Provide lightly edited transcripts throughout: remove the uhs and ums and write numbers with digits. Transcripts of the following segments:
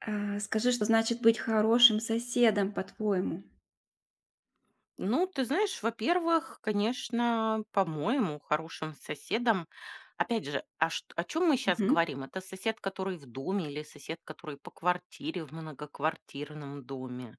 Скажи, что значит быть хорошим соседом, по-твоему? Ну, ты знаешь, во-первых, конечно, по-моему, хорошим соседом. Опять же, о чем мы сейчас Мгм. говорим? Это сосед, который в доме, или сосед, который по квартире в многоквартирном доме?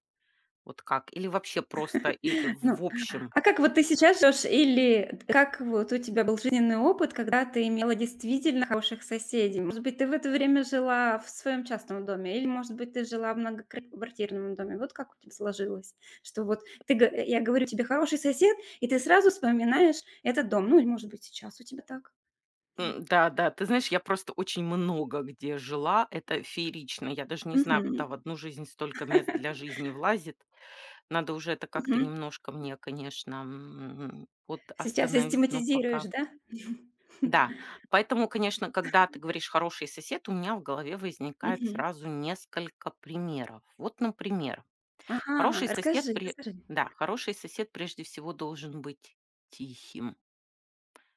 Вот как? Или вообще просто и Ну, в общем? а как вот ты сейчас живёшь или как вот у тебя был жизненный опыт, когда ты имела действительно хороших соседей? Может быть, ты в это время жила в своем частном доме или, может быть, ты жила в многоквартирном доме? Вот как у тебя сложилось, что вот ты я говорю тебе: "Хороший сосед", и ты сразу вспоминаешь этот дом. Ну, или, может быть, сейчас у тебя так? Да, да, ты знаешь, я просто очень много где жила, это феерично, я даже не знаю, куда в Мгм, одну жизнь столько мест для жизни влазит, надо уже это как-то мгм. немножко мне, конечно, вот Сейчас остановить, но систематизируешь, пока. да? Да, поэтому, конечно, когда ты говоришь "хороший сосед", у меня в голове возникает Мгм. сразу несколько примеров. Вот, например, Ага, хороший сосед расскажи, пре расскажи. да, хороший сосед прежде всего должен быть тихим,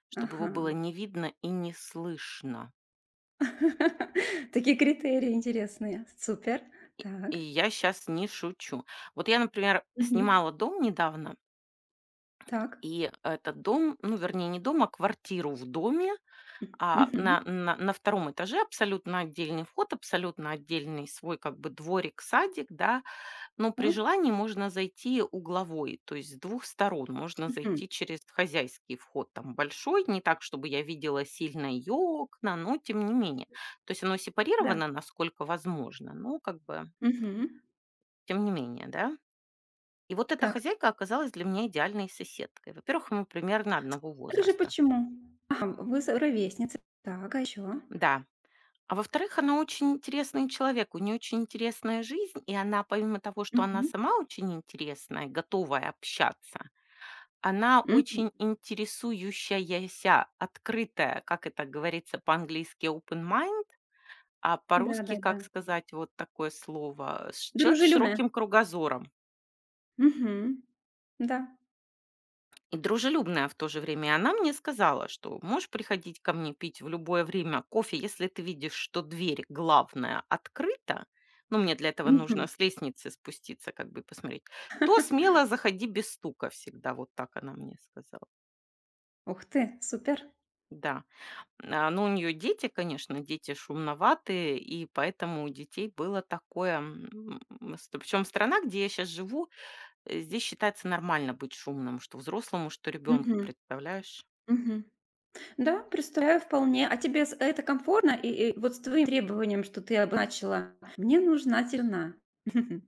чтобы его Ага. было не видно и не слышно. Такие критерии интересные. Супер. И Так. я сейчас не шучу. Вот я, например, Мгм. снимала дом недавно, Так. и этот дом, ну, вернее, не дом, а квартиру в доме. М. Мгм. На втором этаже абсолютно отдельный вход, абсолютно отдельный свой как бы дворик, садик, да. Но А. при желании можно зайти угловой, то есть с двух сторон. Можно Мгм. зайти через хозяйский вход, там большой, не так, чтобы я видела сильно ее окна, но тем не менее. То есть оно Да. сепарировано, насколько возможно, но как бы Мгм. тем не менее, да. И вот эта Так. хозяйка оказалась для меня идеальной соседкой. Во-первых, мы примерно одного Расскажи, возраста. почему? Ага, вы с ровесницы. Так, а еще? Да. А во-вторых, она очень интересный человек, у нее очень интересная жизнь, и она, помимо того, что она сама очень интересная, готовая общаться, она очень интересующаяся, открытая, как это говорится по-английски open mind, а по-русски, Да-да-да. как сказать вот такое слово, человек с Дружелюбная. широким кругозором. Мгм. Да. И дружелюбная в то же время. И она мне сказала, что можешь приходить ко мне пить в любое время кофе, если ты видишь, что дверь главная открыта, ну, мне для этого нужно Мгм. с лестницы спуститься, как бы и посмотреть, то смело заходи без стука всегда, вот так она мне сказала. Ух ты, супер. Да. Ну, у нее дети, конечно, дети шумноватые, и поэтому у детей было такое... Причем страна, где я сейчас живу, здесь считается нормально быть шумным, что взрослому, что ребенку, Мгм. представляешь? Мгм. Да, представляю вполне. А тебе с это комфортно? И вот с твоим требованием, что ты обозначила: "Мне нужна тишина".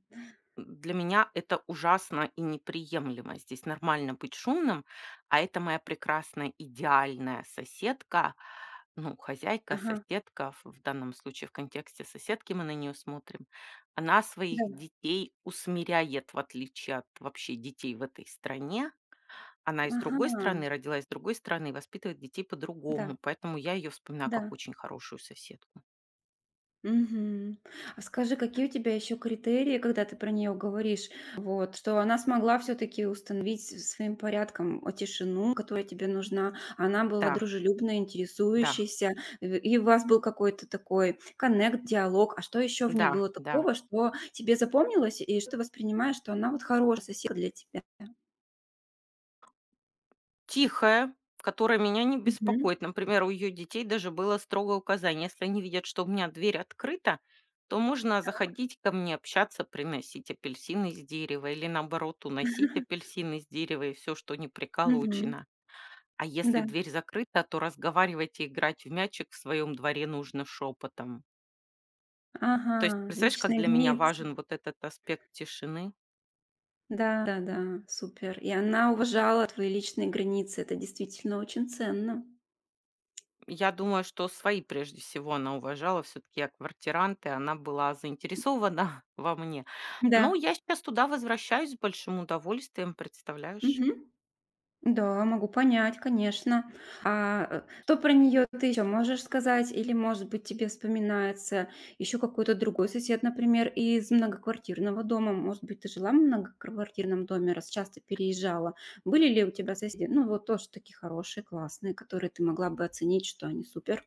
Для меня это ужасно и неприемлемо. Здесь нормально быть шумным, а это моя прекрасная идеальная соседка, ну, хозяйка, Ага, соседка, в данном случае в контексте соседки мы на нее смотрим, она своих да. детей усмиряет, в отличие от вообще детей в этой стране. Она из другой Ага, страны, родилась с другой страны и воспитывает детей да, по-другому, поэтому я ее вспоминаю как да. очень хорошую соседку. Мгм. А скажи, какие у тебя еще критерии, когда ты про нее говоришь, вот, что она смогла все-таки установить своим порядком тишину, которая тебе нужна, она была Да, дружелюбной, да, интересующейся, и у вас был какой-то такой коннект, диалог, а что еще в ней да, было да. такого, что тебе запомнилось, и что ты воспринимаешь, что она вот хорошая соседка для тебя? Тихая, которая меня не Мгм. беспокоит. Например, у ее детей даже было строгое указание: если они видят, что у меня дверь открыта, то можно заходить ко мне, общаться, приносить апельсины из дерева или, наоборот, уносить Мгм. апельсины из дерева и все, что не приколочено. А если Да. дверь закрыта, то разговаривать и играть в мячик в своем дворе нужно шепотом. Ага, То есть, представляешь, как личная для меня граница. важен вот этот аспект тишины? Да-да-да, супер. И она уважала твои личные границы. Это действительно очень ценно. Я думаю, что свои прежде всего она уважала. Все-таки я квартирант, и она была заинтересована во мне. Да. Ну, я сейчас туда возвращаюсь с большим удовольствием, представляешь? Мгм. Да, могу понять, конечно. Что про нее ты еще можешь сказать? Или, может быть, тебе вспоминается еще какой-то другой сосед, например, из многоквартирного дома? Может быть, ты жила в многоквартирном доме, раз часто переезжала. Были ли у тебя соседи? Ну, вот тоже такие хорошие, классные, которые ты могла бы оценить, что они супер.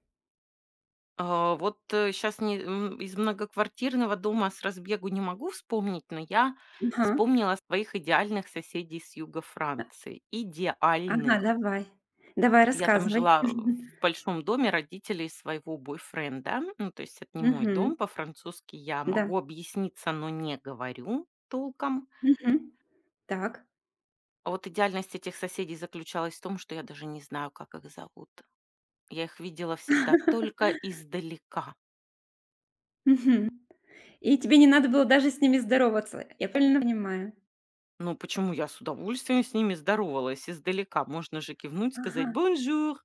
Вот сейчас из многоквартирного дома с разбегу не могу вспомнить, но я Ага, вспомнила своих идеальных соседей с юга Франции. ага, Идеальных. давай. Давай, Я там рассказывай. жила в большом доме родителей своего бойфренда. Ну, то есть это не мой Мгм. дом. По-французски я Да. могу объясниться, но не говорю толком. Мгм. Так. А вот идеальность этих соседей заключалась в том, что я даже не знаю, как их зовут. Я их видела всегда только издалека. Мгм. И тебе не надо было даже с ними здороваться. Я правильно понимаю? Ну, почему я с удовольствием с ними здоровалась издалека? Можно же кивнуть, сказать Ага. «бонжур».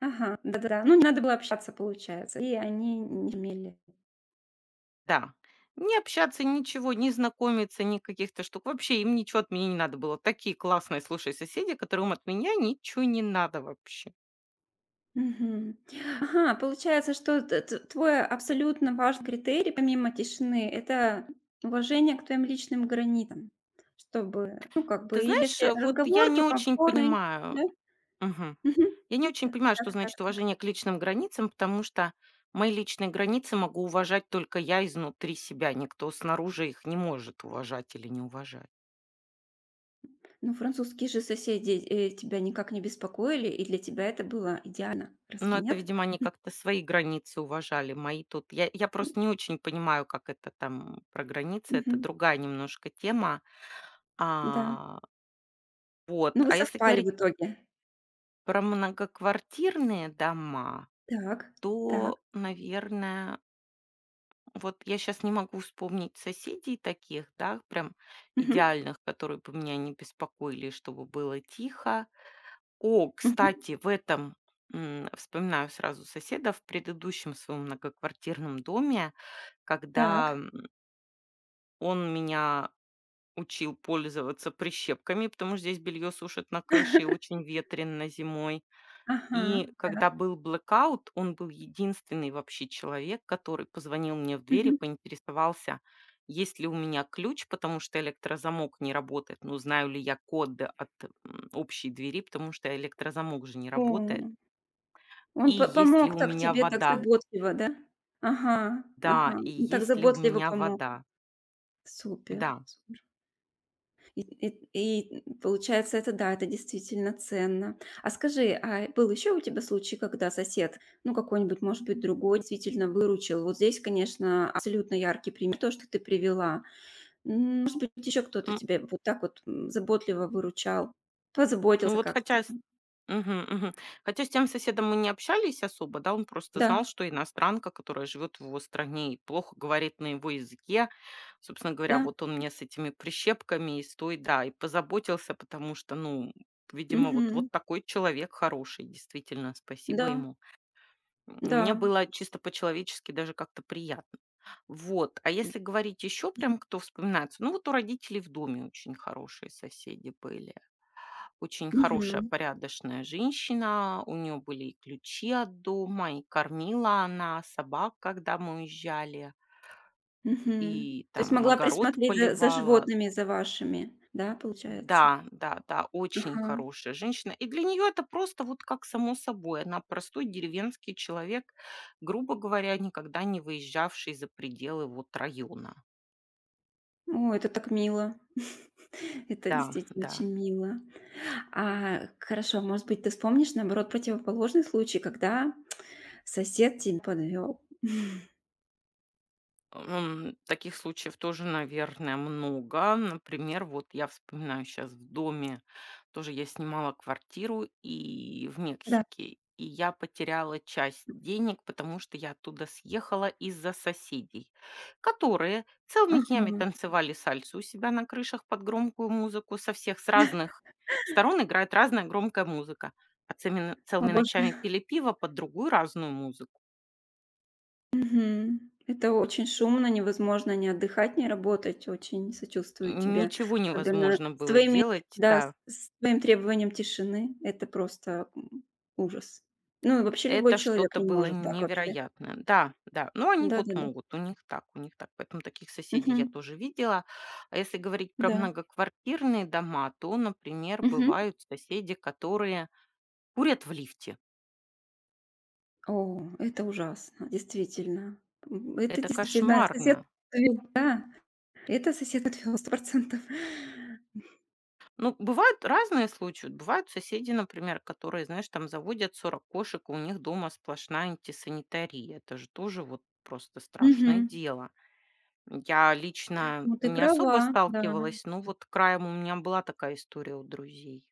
Ага. Да-да-да. Ну, не надо было общаться, получается, и они не умели. Да. Не общаться, ничего, не знакомиться, ни каких-то штук. Вообще им ничего от меня не надо было. Такие классные, слушай, соседи, которым от меня ничего не надо вообще. Мгм. Ага, получается, что т т твой абсолютно важный критерий, помимо тишины, это уважение к твоим личным границам. Чтобы, ну, как Ты бы, или знаешь, если вот я разговор, не то очень комфортный, понимаю, да? мгм. Мгм. Я не очень Да. понимаю, что Так так значит так. уважение к личным границам, потому что мои личные границы могу уважать только я изнутри себя. Никто снаружи их не может уважать или не уважать. Ну, французские же соседи, тебя никак не беспокоили, и для тебя это было идеально. Разве Ну, это, нет? видимо, они как-то свои границы уважали, мои тут. Я М, просто не очень понимаю, как это там про границы, это мгм, другая немножко тема. да. А, вот. Ну, вы А если совпали говорить в итоге. про многоквартирные дома, Так, так. то, наверное, вот я сейчас не могу вспомнить соседей таких, да, прям Мгм, идеальных, которые бы меня не беспокоили, чтобы было тихо. О, мгм. кстати, в этом, вспоминаю сразу соседа в предыдущем своем многоквартирном доме, когда, Так. Он меня учил пользоваться прищепками, потому что здесь белье сушат на крыше и очень ветрено зимой. Ага, И когда так. был блэкаут, он был единственный вообще человек, который позвонил мне в дверь и Мгм. поинтересовался, есть ли у меня ключ, потому что электрозамок не работает. Ну, знаю ли я код от, общей двери, потому что электрозамок же не О, работает. И он по есть ли помог у так меня тебе, так вода? заботливо, да? Ага, Да, ага. и Он так есть ли у заботливо меня помог. вода? Супер, Да. супер. И и и получается, это да, это действительно ценно. А скажи, а был еще у тебя случай, когда сосед, ну, какой-нибудь, может быть, другой, действительно выручил? Вот здесь, конечно, абсолютно яркий пример, то, что ты привела. Может быть, еще кто-то М, тебя вот так вот, заботливо выручал, ну позаботился вот как-то. хотя с мгм, мгм. Хотя с тем соседом мы не общались особо, да, он просто Да, знал, что иностранка, которая живет в его стране и плохо говорит на его языке. Собственно говоря, да, вот он мне с этими прищепками и с той, да, и позаботился, потому что, ну, видимо, вот мгм, такой человек хороший, действительно, спасибо да, ему. Мне да. было чисто по-человечески даже как-то приятно. Вот. А если говорить еще прям, кто вспоминается, ну вот у родителей в доме очень хорошие соседи были. Очень хорошая, Мгм, порядочная женщина, у нее были и ключи от дома, и кормила она собак, когда мы уезжали, мгм. и То есть там могла огород присмотреть за поливала. животными, за вашими, да, получается? Да, да, да, очень Ага. хорошая женщина. И для нее это просто вот как само собой. Она простой деревенский человек, грубо говоря, никогда не выезжавший за пределы вот района. О, это так мило. Это Да, действительно да. очень мило. Хорошо, может быть, ты вспомнишь, наоборот, противоположный случай, когда сосед тебя подвел. Таких случаев тоже, наверное, много. Например, вот я вспоминаю сейчас в доме, тоже я снимала квартиру и в Да. Мексике, и я потеряла часть денег, потому что я оттуда съехала из-за соседей, которые целыми днями Ага. танцевали сальсу у себя на крышах под громкую музыку, со всех, с разных сторон играет разная громкая музыка, а целыми О, целыми ночами боже. пили пиво под другую разную музыку. Мгм. Это очень шумно, невозможно ни отдыхать, ни работать. Очень сочувствую тебе, Ничего особенно невозможно с было твоими делать, да, да. с твоим требованием тишины. Это просто, ужас. Ну и вообще любой Это человек что-то не было может так вообще. невероятное. Да, да. Но они вот Да-да-да. могут, у них так, у них так. Поэтому таких соседей я Мгм. тоже видела. А если говорить про Да. многоквартирные дома, то, например, Мгм. бывают соседи, которые курят в лифте. О, это ужасно, действительно. Это Это действительно сосед кошмарно. отвёл, да, это сосед отвёл процентов. Ну, бывают разные случаи. Вот. Бывают соседи, например, которые, знаешь, там заводят 40 кошек, и у них дома сплошная антисанитария. Это же тоже вот просто страшное Мгм. дело. Я лично Ну, ты не особо права, да. сталкивалась, но вот краем у меня была такая история у друзей.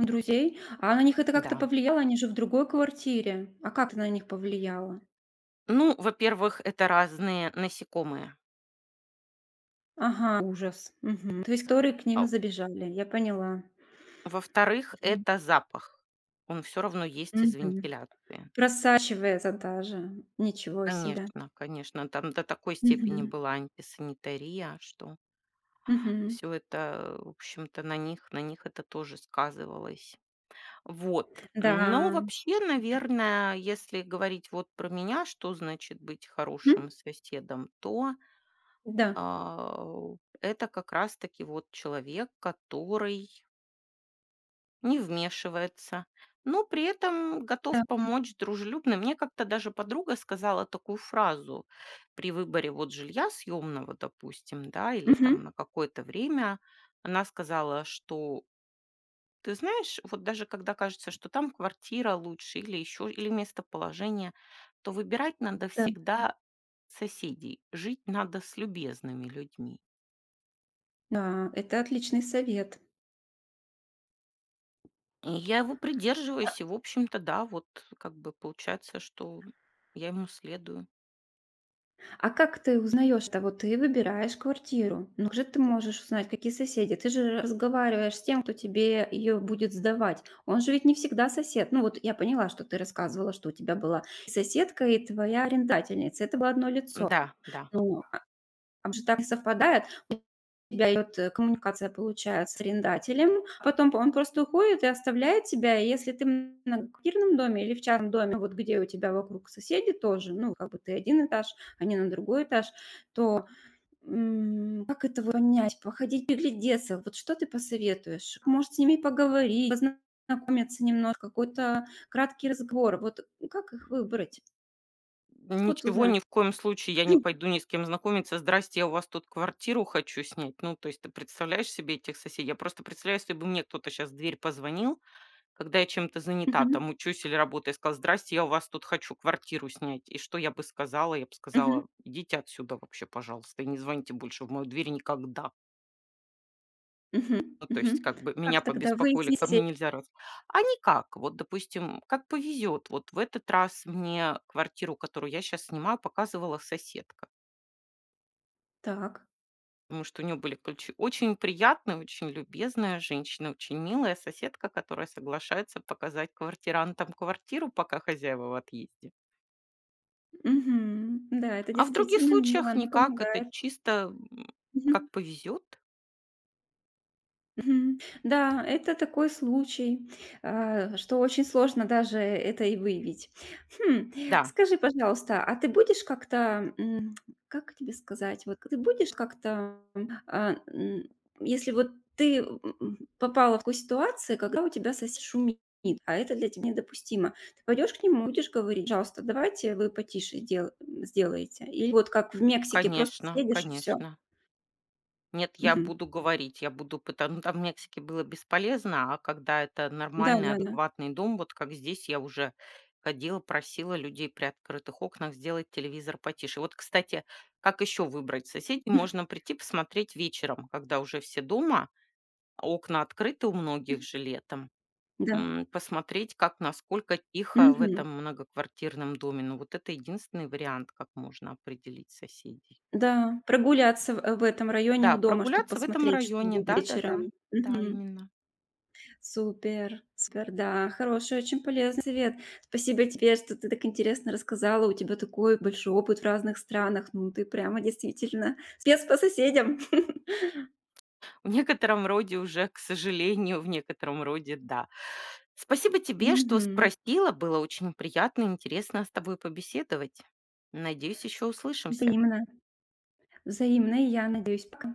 У друзей? А на них это как-то Да. повлияло? Они же в другой квартире. А как это на них повлияло? Ну, во-первых, это разные насекомые. Ага, ужас. Мгм. То есть, которые к А ним забежали, я поняла. Во-вторых, Мгм. это запах. Он все равно есть из Мгм. вентиляции. Просачивается даже. Ничего себе. Конечно, конечно. Там до такой степени Мгм. была антисанитария, что Мгм. все это, в общем-то, на них это тоже сказывалось. Вот. Но Да. вообще, наверное, если говорить вот про меня, что значит быть М? хорошим соседом, то Да. а, это как раз-таки вот человек, который не вмешивается, но при этом готов Да. помочь дружелюбно. Мне как-то даже подруга сказала такую фразу при выборе вот жилья съемного, допустим, да, или там Мгм. на какое-то время. Она сказала, что ты знаешь, вот даже когда кажется, что там квартира лучше или еще, или местоположение, то выбирать надо Да. всегда соседей. Жить надо с любезными людьми. Да, это отличный совет. И я его придерживаюсь, и, в общем-то, да, вот как бы получается, что я ему следую. А как ты узнаешь-то? Вот ты выбираешь квартиру. Ну, как же ты можешь узнать, какие соседи? Ты же разговариваешь с тем, кто тебе ее будет сдавать. Он же ведь не всегда сосед. Ну, вот я поняла, что ты рассказывала, что у тебя была соседка и твоя арендательница. Это было одно лицо. Да, да. Но там же так не совпадает. У тебя идет коммуникация, получается, с арендателем, а потом он просто уходит и оставляет тебя. И если ты в многоквартирном доме или в частном доме, вот где у тебя вокруг соседи тоже, ну, как бы ты один этаж, они на другой этаж, то как это вот понять, походить, приглядеться, вот что ты посоветуешь? Может, с ними поговорить, познакомиться немножко, какой-то краткий разговор. Вот как их выбрать? Как вот Ничего, узнать? ни в коем случае я не пойду ни с кем знакомиться. Здрасте, я у вас тут квартиру хочу снять. Ну, то есть ты представляешь себе этих соседей? Я просто представляю, если бы мне кто-то сейчас в дверь позвонил, когда я чем-то занята, Мгм. там учусь или работаю, я сказала: «Здрасте, я у вас тут хочу квартиру снять». И что я бы сказала? Я бы Мгм. сказала: «Идите отсюда вообще, пожалуйста, и не звоните больше в мою дверь никогда». Мгм, Ну, то есть мгм. как бы меня Как тогда побеспокоили, ко выясните? мне нельзя раз. А никак. Вот, допустим, как повезет. Вот в этот раз мне квартиру, которую я сейчас снимаю, показывала соседка, Так. потому что у нее были ключи. Очень приятная, очень любезная женщина, очень милая соседка, которая соглашается показать квартирантам квартиру, пока хозяева в отъезде. Мгм. Да, это А в других действительно мило, случаях оно никак, это помогает. чисто, Мгм, как повезет. мгм. Да, это такой случай, что очень сложно даже это и выявить. Хм, Да, скажи, пожалуйста, а ты будешь как-то, как тебе сказать? Вот ты будешь как-то, а, м, если вот ты, попала в такую ситуацию, когда у тебя сосед шумит, а это для тебя недопустимо. Ты пойдешь к нему, будешь говорить: "Пожалуйста, давайте вы потише дел сделаете". Или вот как в Мексике, просто конечно, съедешь и все. конечно. Нет, я буду говорить, я буду пытаться. Ну, там в Мексике было бесполезно, а когда это нормальный, Да-да-да. адекватный дом, вот как здесь, я уже ходила, просила людей при открытых окнах сделать телевизор потише. Вот, кстати, как еще выбрать соседей? Можно прийти посмотреть вечером, когда уже все дома, а окна открыты у многих М, же летом. да. Да. Да. Посмотреть, как, насколько тихо в Мгм. этом многоквартирном доме. Ну, вот это единственный вариант, как можно определить соседей. Да, прогуляться в этом районе у Да, дома, чтобы прогуляться в этом посмотреть, что районе, будет да-да-да. Да, вечером. да. Да, именно. Супер, супер, да, хороший, очень полезный совет. Спасибо тебе, что ты так интересно рассказала. У тебя такой большой опыт в разных странах. Ну, ты прямо действительно спец по соседям. В некотором роде уже, к сожалению, в некотором роде да. Спасибо тебе, что Мгм. спросила. Было очень приятно и интересно с тобой побеседовать. Надеюсь, еще услышимся. Взаимно, взаимно, и я надеюсь, пока.